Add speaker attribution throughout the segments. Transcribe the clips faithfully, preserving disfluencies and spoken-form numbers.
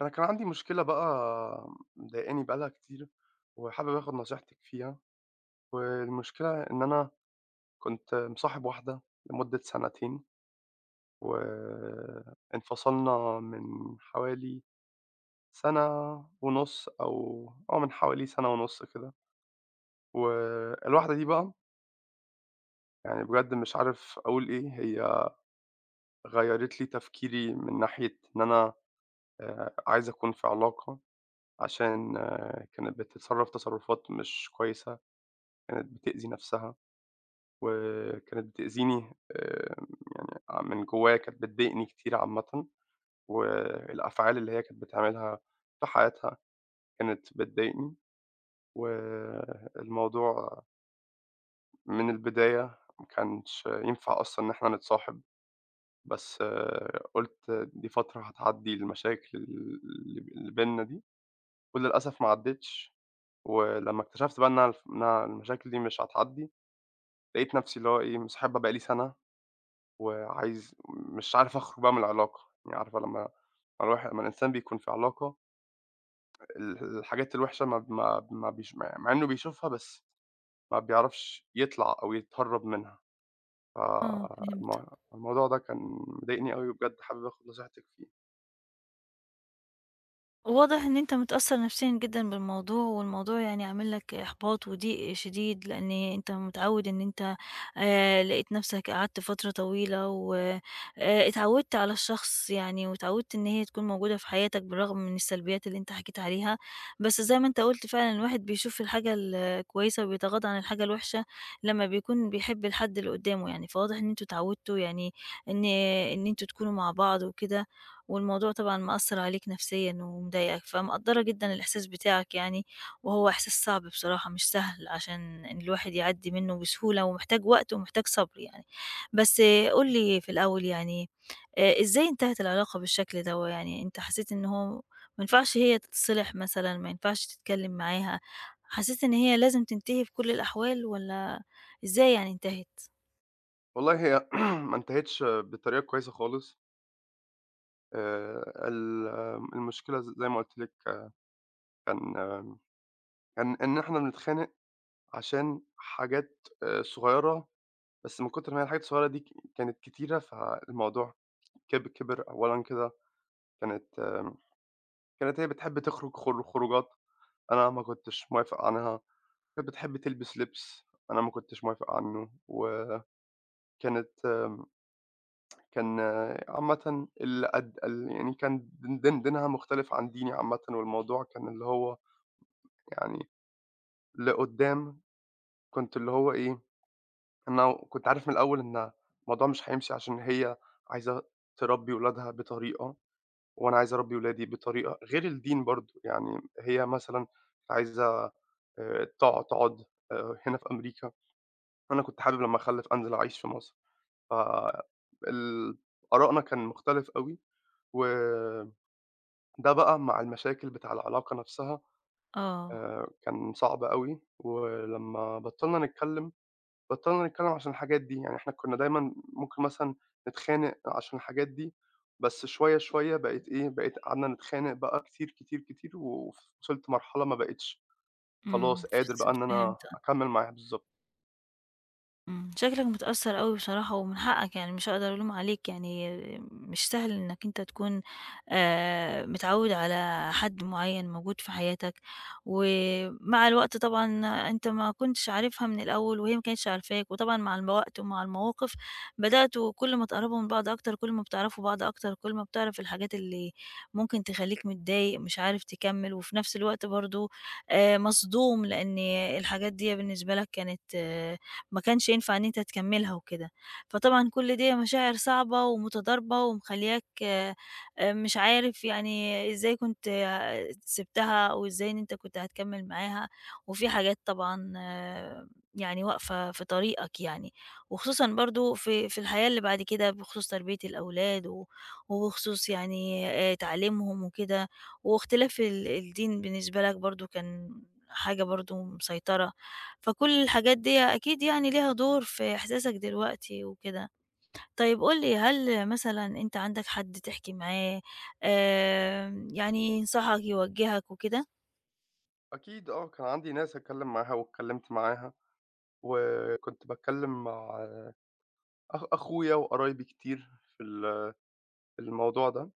Speaker 1: أنا كان عندي مشكلة بقى مضايقاني بقى لها كتير، وحابب آخد نصيحتِك فيها، والمشكلة إن أنا كنت مصاحب واحدة لمدة سنتين، وانفصلنا من حوالي سنة ونُص أو آه، من حوالي سنة ونُص كده، والواحدة دي بقى يعني بجد مش عارف أقول إيه، هي غيّرِت لي تفكيري من ناحية إن أنا آآ عايز أكون في علاقة، عشان آه، كانت بتتصرّف تصرُّفات مش كويسة. كانت بتأذي نَفْسها، وكانت بتأذيني آآ يعني من جوايا كانت بتضايقني كتير عامةً، والأفعال اللي هي كانت بتعملها في حياتها كانت بتضايقني، والموضوع من البداية ما كانش ينفع أصلًا إن إحنا نتصاحب، بس آه، قُلت دي فترة هتعدّي المشاكل اللي ب اللي بيننا دي، وللأسف ما عدّتش، ولمّا اكتشفت بقى إنها الف إنها المشاكل دي مش هتعدّي، لقيت نَفْسي اللي هو إيه مصاحبها بقى لي سَنة وعايز مش عارف أخرج بقى من العلاقة، يعني عارفة لمّا الواح لمّا الإنسان بيكون في علاقة ال الحاجات الوحشة ما ب ما ب ما بيش مع مع إنه بيشوفها بس ما بيعرفش يطلع أو يتهرّب منها،
Speaker 2: آه، فهمت.
Speaker 1: فالم الموضوع ده كان مضايقني أوي وبجد حابب آخد نصيحتِك فيه.
Speaker 2: واضح إن أنت متأثّر نفسيًا جدًا بالموضوع، والموضوع يعني عامل لك إحباط وضيق شديد، لإن أنت متعوّد إن أنت آآ، لقيت نفسك قعدت فترة طويلة و آآ، اتعوّدت على الشخص يعني، واتعوّدت إن هي تكون موجودة في حياتك بالرغم من السلبيات اللي أنت حكيت عليها، بس زي ما أنت قُلت فعلًا الواحد بيشوف الحاجة الكويسة وبيتغاضى عن الحاجة الوحشة لمّا بيكون بيحب الحد اللي قدّامه يعني، فواضح إن أنتم اتعوّدتوا يعني إن إن أنتم تكونوا مع بعض وكده. والموضوع طبعًا مأثّر عليك نفسيًا ومضايقك، فمقدّرة جدًا الإحساس بتاعك يعني، وهو إحساس صعب بصراحة مش سهل عشان إن الواحد يعدّي منّه بسهولة ومحتاج وقت ومحتاج صبر يعني. بس قُل لي في الأول يعني آآ إزاي انتهت العلاقة بالشكل دوّة؟ يعني أنت حسيت إن هو ما ينفعش هي تتصلح مثلًا، ما ينفعش تتكلّم معاها، حسيت إن هي لازم تنتهي في كل الأحوال والّا إزاي يعني انتهت؟
Speaker 1: والله هي ما انتهتش بطريقة كويسة خالص. آآ ال المشكلة ز زي ما قُلت لِك كان كان إن إحنا بنتخانق عشان حاجات آآ صغيرة، بس من كتر ما هي الحاجات الصغيرة دي ك كانت كتيرة، فالموضوع كب كِبِر أولًا كده. كانت آمم، كانت هي بتحب تخرج خر خروجات أنا ما كنتش موافق عنها، كانت بتحب تلبس لبس أنا ما كنتش موافق عنه، وكانت آمم، كان آه، عامةً ال أد ال يعني كان دين دين دينها مختلف عن ديني عامةً، والموضوع كان اللي هو يعني لقدّام كنت اللي هو إيه، أنا كنت عارف من الأول إن الموضوع مش هيمشي عشان هي عايزة تربّي ولادها بطريقة، وأنا عايز أربّي ولادي بطريقة غير الدين برضه، يعني هي مثلًا عايزة آآ تقع تقعد آآ هنا في أمريكا، وأنا كنت حابب لمّا أخلّف أنزل أعيش في مصر، ف ال آرائنا كان مختلف أوي، وده بقى مع المشاكل بتاع العلاقة نفسها
Speaker 2: آه،
Speaker 1: آآ كان صعب أوي، ولمّا بطّلنا نتكلّم بطلنا نتكلم عشان الحاجات دي، يعني إحنا كنا دايمًا ممكن مثلًا نتخانق عشان الحاجات دي، بس شوية، شوية بقت إيه، بقيت قعدنا نتخانق بقى كتير، كتير، كتير، ووصلت لمرحلة ما بقيتش
Speaker 2: إمم،
Speaker 1: خلاص
Speaker 2: ف
Speaker 1: قادر بقى إن أنا
Speaker 2: فهمت.
Speaker 1: أكمّل معاها بالضبط.
Speaker 2: إمم، شكلك متأثّر أوي بصراحة ومن حقّك يعني مش هاقدر ألوم عليك يعني مش سهل إنّك أنت تكون آآ متعوّد على حد معيّن موجود في حياتك، ومع الوقت طبعًا أنت ما كنتش عارفها من الأول وهي ما كانتش عارفاك، وطبعًا مع الوقت ومع المواقف بدأتوا كل ما تقرّبوا من بعض أكتر، كل ما بتعرفوا بعض أكتر، كل ما بتعرف الحاجات اللي ممكن تخلّيك متضايق مش عارف تكمّل، وفي نفس الوقت برضه آآ مصدوم لإن الحاجات ديّة بالنسبة لك كانت آه، ما كانش ينفع إن أنت تكمّلها وكده. فطبعًا كل دي مشاعر صعبة ومتضاربة ومخلّياك آآ مش عارف يعني إزاي كنت آه، سِبتها أو إزاي إن أنت كنت هتكمّل معاها، وفي حاجات طبعًا آه، يعني واقفة في طريقك يعني، وخصوصًا برضه في في الحياة اللي بعد كده بخصوص تربية الأولاد و وبخصوص يعني آآ تعليمهم وكده، واختلاف ال الدين بالنسبة لك برضه كان حاجة برضه مسيطرة. فكل الحاجات دي أكيد يعني ليها دور في إحساسك دلوقتي وكده. طيب قُل لي هل مثلًا أنت عندك حد تحكي معاه آمم، يعني ينصحك، يوجّهك وكده؟
Speaker 1: أكيد آه، كان عندي ناس أتكلم معاها واتكلمت معاها، وكنت باتكلم مع أخ أخويا وقرايبي كتير في ال الموضوع ده،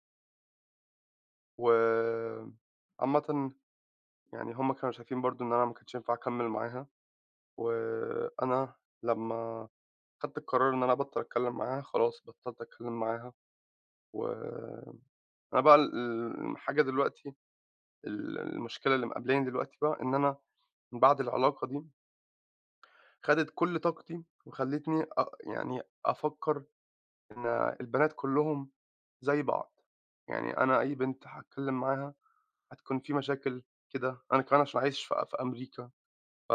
Speaker 1: وعامةً يعني هُم كانوا شايفين برضه إن أنا ما كانش ينفع أكمّل معاها، وأنا لمّا خدت القرار إن أنا أبطّل أتكلّم معاها، خلاص بطّلت أتكلّم معاها، وأنا بقى ال ال- الحاجة دلوقتي، ال المشكلة اللي مقابلاني دلوقتي بقى إن أنا من بعد العلاقة دي خدت كل طاقتي وخلّتني أ يعني أفكّر إن البنات كلّهم زي بعض، يعني أنا أي بنت هاتكلّم معاها هتكون في مشاكل كده، أنا كمان عشان عايش في في أمريكا، ف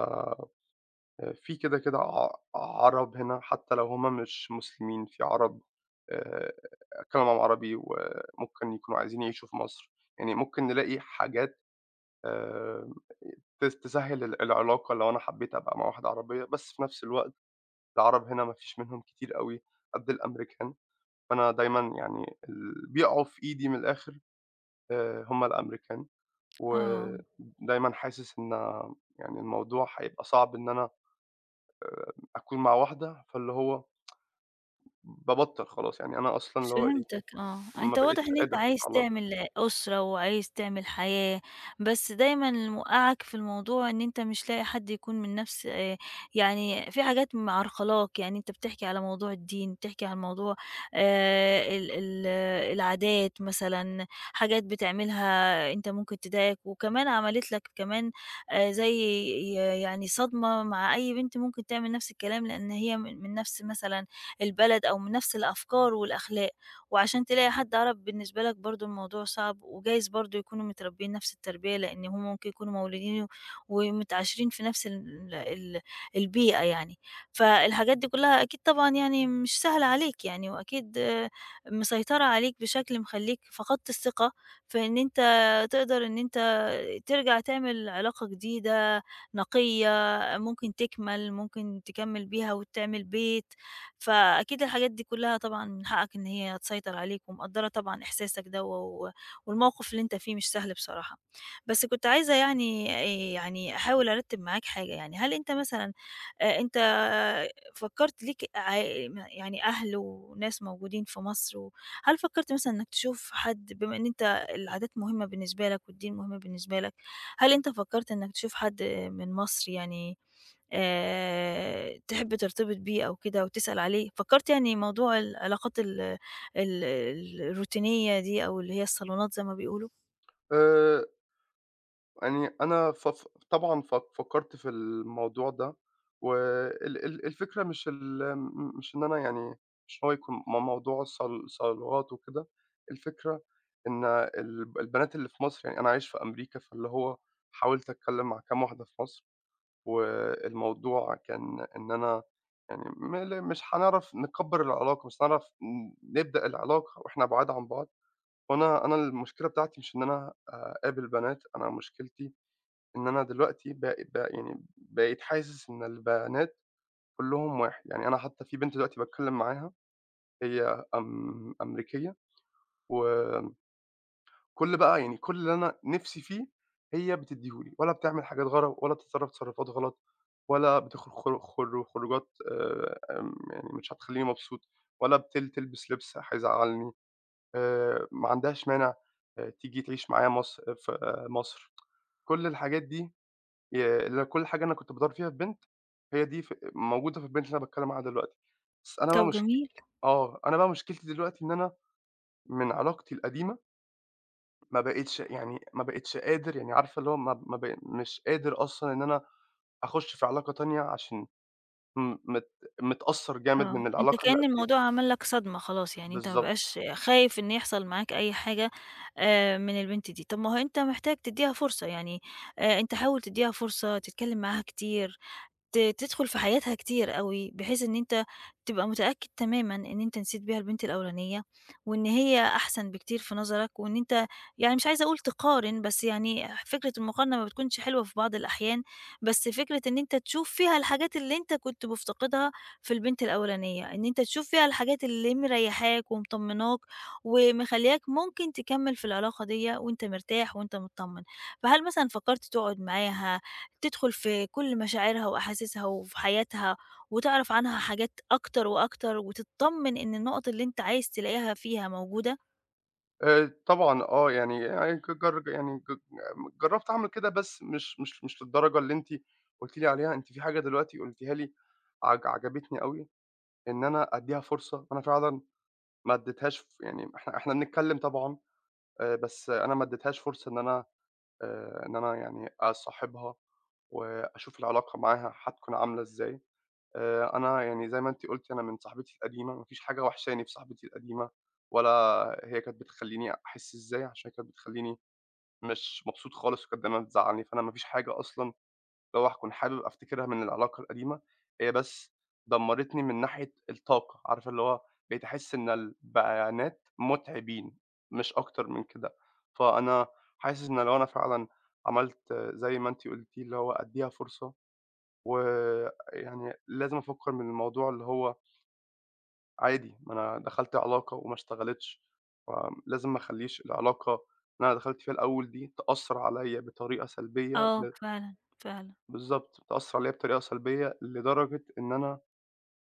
Speaker 1: في كده، كده ع عرب هنا حتّى لو هُم مش مسلمين، في عرب آآ بيتكلّموا معاهم عربي وممكن يكونوا عايزين يعيشوا في مصر، يعني ممكن نلاقي حاجات آآ تس تسهّل ال العلاقة لو أنا حبّيت أبقى مع واحدة عربية، بس في نفس الوقت العرب هنا ما فيش منهم كتير أوي قد الأمريكان، فأنا دايمًا يعني اللي بيقعوا في إيدي من الآخِر آآ هم الأمريكان،
Speaker 2: آه.
Speaker 1: ودايمًا حاسس إن يعني الموضوع هيبقى صعب إن أنا آآ أكون مع واحدة، فاللي هو بابطّل خلاص، يعني أنا أصلًا اللي هو إيه،
Speaker 2: فهمتك آه، أنت
Speaker 1: ما
Speaker 2: واضح
Speaker 1: بقيتش
Speaker 2: إن أنت
Speaker 1: قادر أكون في
Speaker 2: عايز
Speaker 1: علاقة.
Speaker 2: تعمل أسرة وعايز تعمل حياة، بس دايمًا اللي موقّعك في الموضوع إن أنت مش لاقي حد يكون من نفس آآ، يعني في حاجات معرقلاك، يعني أنت بتحكي على موضوع الدين، بتحكي على موضوع آآ، ال ال العادات مثلًا، حاجات بتعملها أنت ممكن تضايقك، وكمان عملت لك كمان آآ، زي ي يعني صدمة مع أي بنت ممكن تعمل نفس الكلام، لأن هي من من نفس مثلًا البلد أو من نفس الأفكار والأخلاق. وعشان تلاقي حد عرب بالنسبة لك برضه الموضوع صعب، وجايز برضه يكونوا متربيين نفس التربية، لإن هم ممكن يكونوا مولودين ومتعاشرين في نفس ال ال البيئة يعني، فالحاجات دي كلها أكيد طبعًا يعني مش سهلة عليك يعني، وأكيد آه، مسيطرة عليك بشكل مخلّيك فقدت الثقة في إن أنت تقدر إن أنت ترجع تعمل علاقة جديدة، نقية، ممكن تكمل، ممكن تكمل بيها وتعمل بيت، فأكيد الحاجات دي كلها طبعًا من حقك إن هي تسيطر عليك، ومقدّرة طبعًا إحساسك ده و والموقف اللي أنت فيه مش سهل بصراحة. بس كنت عايزة يعني آآ يعني أحاول أرتّب معاك حاجة يعني، هل أنت مثلًا آآ أنت فكّرت ليك ع يعني أهل وناس موجودين في مصر و هل فكّرت مثلًا إنّك تشوف حد بما إن أنت العادات مهمة بالنسبة لك والدين مهم بالنسبة لك، هل أنت فكّرت إنّك تشوف حد من مصر يعني آآ تحب ترتبط بيه أو كده وتسأل عليه، فكّرت يعني موضوع العلاقات ال ال ال- الروتينية دي أو اللي هي الصالونات زي ما بيقولوا؟
Speaker 1: آآ يعني أنا ف ف طبعًا ف فكّرت في الموضوع ده، وال ال الفكرة مش ال م مش إن أنا يعني مش هو يكون م موضوع صل صالونات وكده، الفكرة إن الب البنات اللي في مصر يعني أنا عايش في أمريكا، فاللي هو حاولت أتكلّم مع كام واحدة في مصر، والموضوع كان إن أنا يعني م ل مش هنعرف نكبّر العلاقة، مش هنعرف ن نبدأ العلاقة وإحنا بُعاد عن بعض، وأنا أنا المشكلة بتاعتي مش إن أنا أقابل بنات، أنا مشكلتي إن أنا دلوقتي ب ب يعني بقيت حاسس إن البنات كلّهم واحد، يعني أنا حتى في بنت دلوقتي باتكلّم معاها هي أم أمريكية، وكل بقى يعني كل اللي أنا نِفْسي فيه هي بتدّيه لي، ولا بتعمل حاجات غلط، ولا بتتصرّف تصرّفات غلط، ولا بتخرج خر خر خروجات آآ آمم يعني مش هتخلّيني مبسوط، ولا بتل تلبس لِبس هيزعّلني، آآ ما عندهاش مانع آآ تيجي تعيش معايا مصر في آه، مصر، كل الحاجات دي ي اللي كل حاجة أنا كنت بادوّر فيها في بنت، هي دي ف موجودة في البنت اللي أنا باتكلّم عنها دلوقتي. بس أنا بقى
Speaker 2: طب
Speaker 1: مشك
Speaker 2: جميل،
Speaker 1: آه. أنا بقى مشكلتي دلوقتي إن أنا من علاقتي القديمة ما بقيتش يعني ما بقيتش قادر يعني عارفة اللي هو ما ما ب مش قادر أصلًا إن أنا أخُش في علاقة تانية عشان م مت متأثّر جامد
Speaker 2: آه،
Speaker 1: من
Speaker 2: أنت
Speaker 1: العلاقة اللي
Speaker 2: كأن
Speaker 1: قبليها.
Speaker 2: الموضوع عمل لك صدمة خلاص، يعني أنت ما
Speaker 1: بالضبط.
Speaker 2: بقاش خايف إن يحصل معاك أي حاجة آآ من البنت دي، طب ما هو أنت محتاج تدّيها فرصة، يعني آآ أنت حاول تدّيها فرصة، تتكلم معاها كتير، ت تدخل في حياتها كتير أوي، بحيث إن أنت تبقى متأكد تمامًا إن أنت نسيت بيها البنت الأولانية، وإن هي أحسن بكتير في نظرك، وإن أنت يعني مش عايزة أقول تقارن، بس يعني فكرة المقارنة ما بتكونش حلوة في بعض الأحيان، بس فكرة إن أنت تشوف فيها الحاجات اللي أنت كنت مفتقدها في البنت الأولانية، إن أنت تشوف فيها الحاجات اللي مريحاك ومطمناك، ومخلياك ممكن تكمل في العلاقة ديّة وأنت مرتاح وأنت متطمن، فهل مثلًا فكرت تقعد معاها تدخل في كل مشاعرها وأحاسيسها وفي حياتها، وتعرف عنها حاجات أكتر وأكتر، وتتطمن إن النقط اللي أنت عايز تلاقيها فيها موجودة.
Speaker 1: آآ طبعًا آه. يعني يعني ج جر يعني ج جرّبت أعمل كده بس مش مش مش للدرجة اللي أنتِ قُلتِ لي عليها. أنتِ في حاجة دلوقتي قُلتيها لي عج عجبتني أوي. إن أنا أدّيها فرصة، أنا فعلًا ما ادّيتهاش ف يعني إحنا إحنا بنتكلّم طبعًا، آآ بس أنا ما ادّيتهاش فرصة إن أنا آآ إن أنا يعني أصاحبها وأشوف العلاقة معاها هتكون عاملة إزاي. آآ أنا يعني زي ما أنتِ قُلتِ أنا من صاحبتي القديمة، ما فيش حاجة وحشاني في صاحبتي القديمة، ولا هي كانت بتخلّيني أحِس إزاي، عشان كانت بتخلّيني مش مبسوط خالص وكانت دايمًا بتزعّلني، فأنا ما فيش حاجة أصلًا اللي هو هاكون حابب أفتكرها من العلاقة القديمة، هي بس دمّرتني من ناحية الطاقة، عارفة اللي هو بقيت أحس إن البيانات مُتعبين، مش أكتر من كده، فأنا حاسس إن لو أنا فعلًا عملت زي ما أنتِ قُلتِ، اللي هو أدّيها فرصة، ويعني لازم أفكّر من الموضوع اللي هو عادي، ما أنا دخلت علاقة وما اشتغلتش، فلازم ما أخلّيش العلاقة اللي أنا دخلت فيها الأول دي تأثّر عليّا بطريقة سلبية
Speaker 2: آه
Speaker 1: ل
Speaker 2: فعلًا، فعلًا،
Speaker 1: بالضبط، بتأثّر عليّا بطريقة سلبية لدرجة إن أنا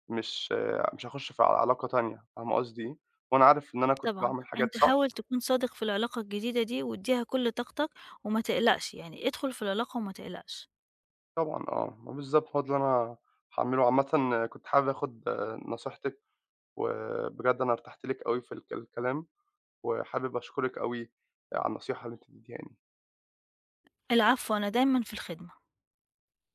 Speaker 1: مش مش هاخُش في ع علاقة تانية، فاهمة قصدي إيه؟ وأنا عارف إن أنا كنت
Speaker 2: طبعًا.
Speaker 1: باعمل حاجات
Speaker 2: أنت
Speaker 1: صح
Speaker 2: حاول تكون صادق في العلاقة الجديدة دي، وادّيها كل طاقتك، وما تقلقش، يعني ادخل في العلاقة وما تقلقش.
Speaker 1: طبعًا آه، ما بالضبط هو ده اللي أنا هاعمله. عامةً كنت حابب آخُد نصيحتِك، وبجد أنا ارتحت لِك أوي في الك الكلام، وحابب أشكرِك أوي على النصيحة اللي أنتِ اديتيهاني.
Speaker 2: العفو، أنا دايمًا في الخدمة.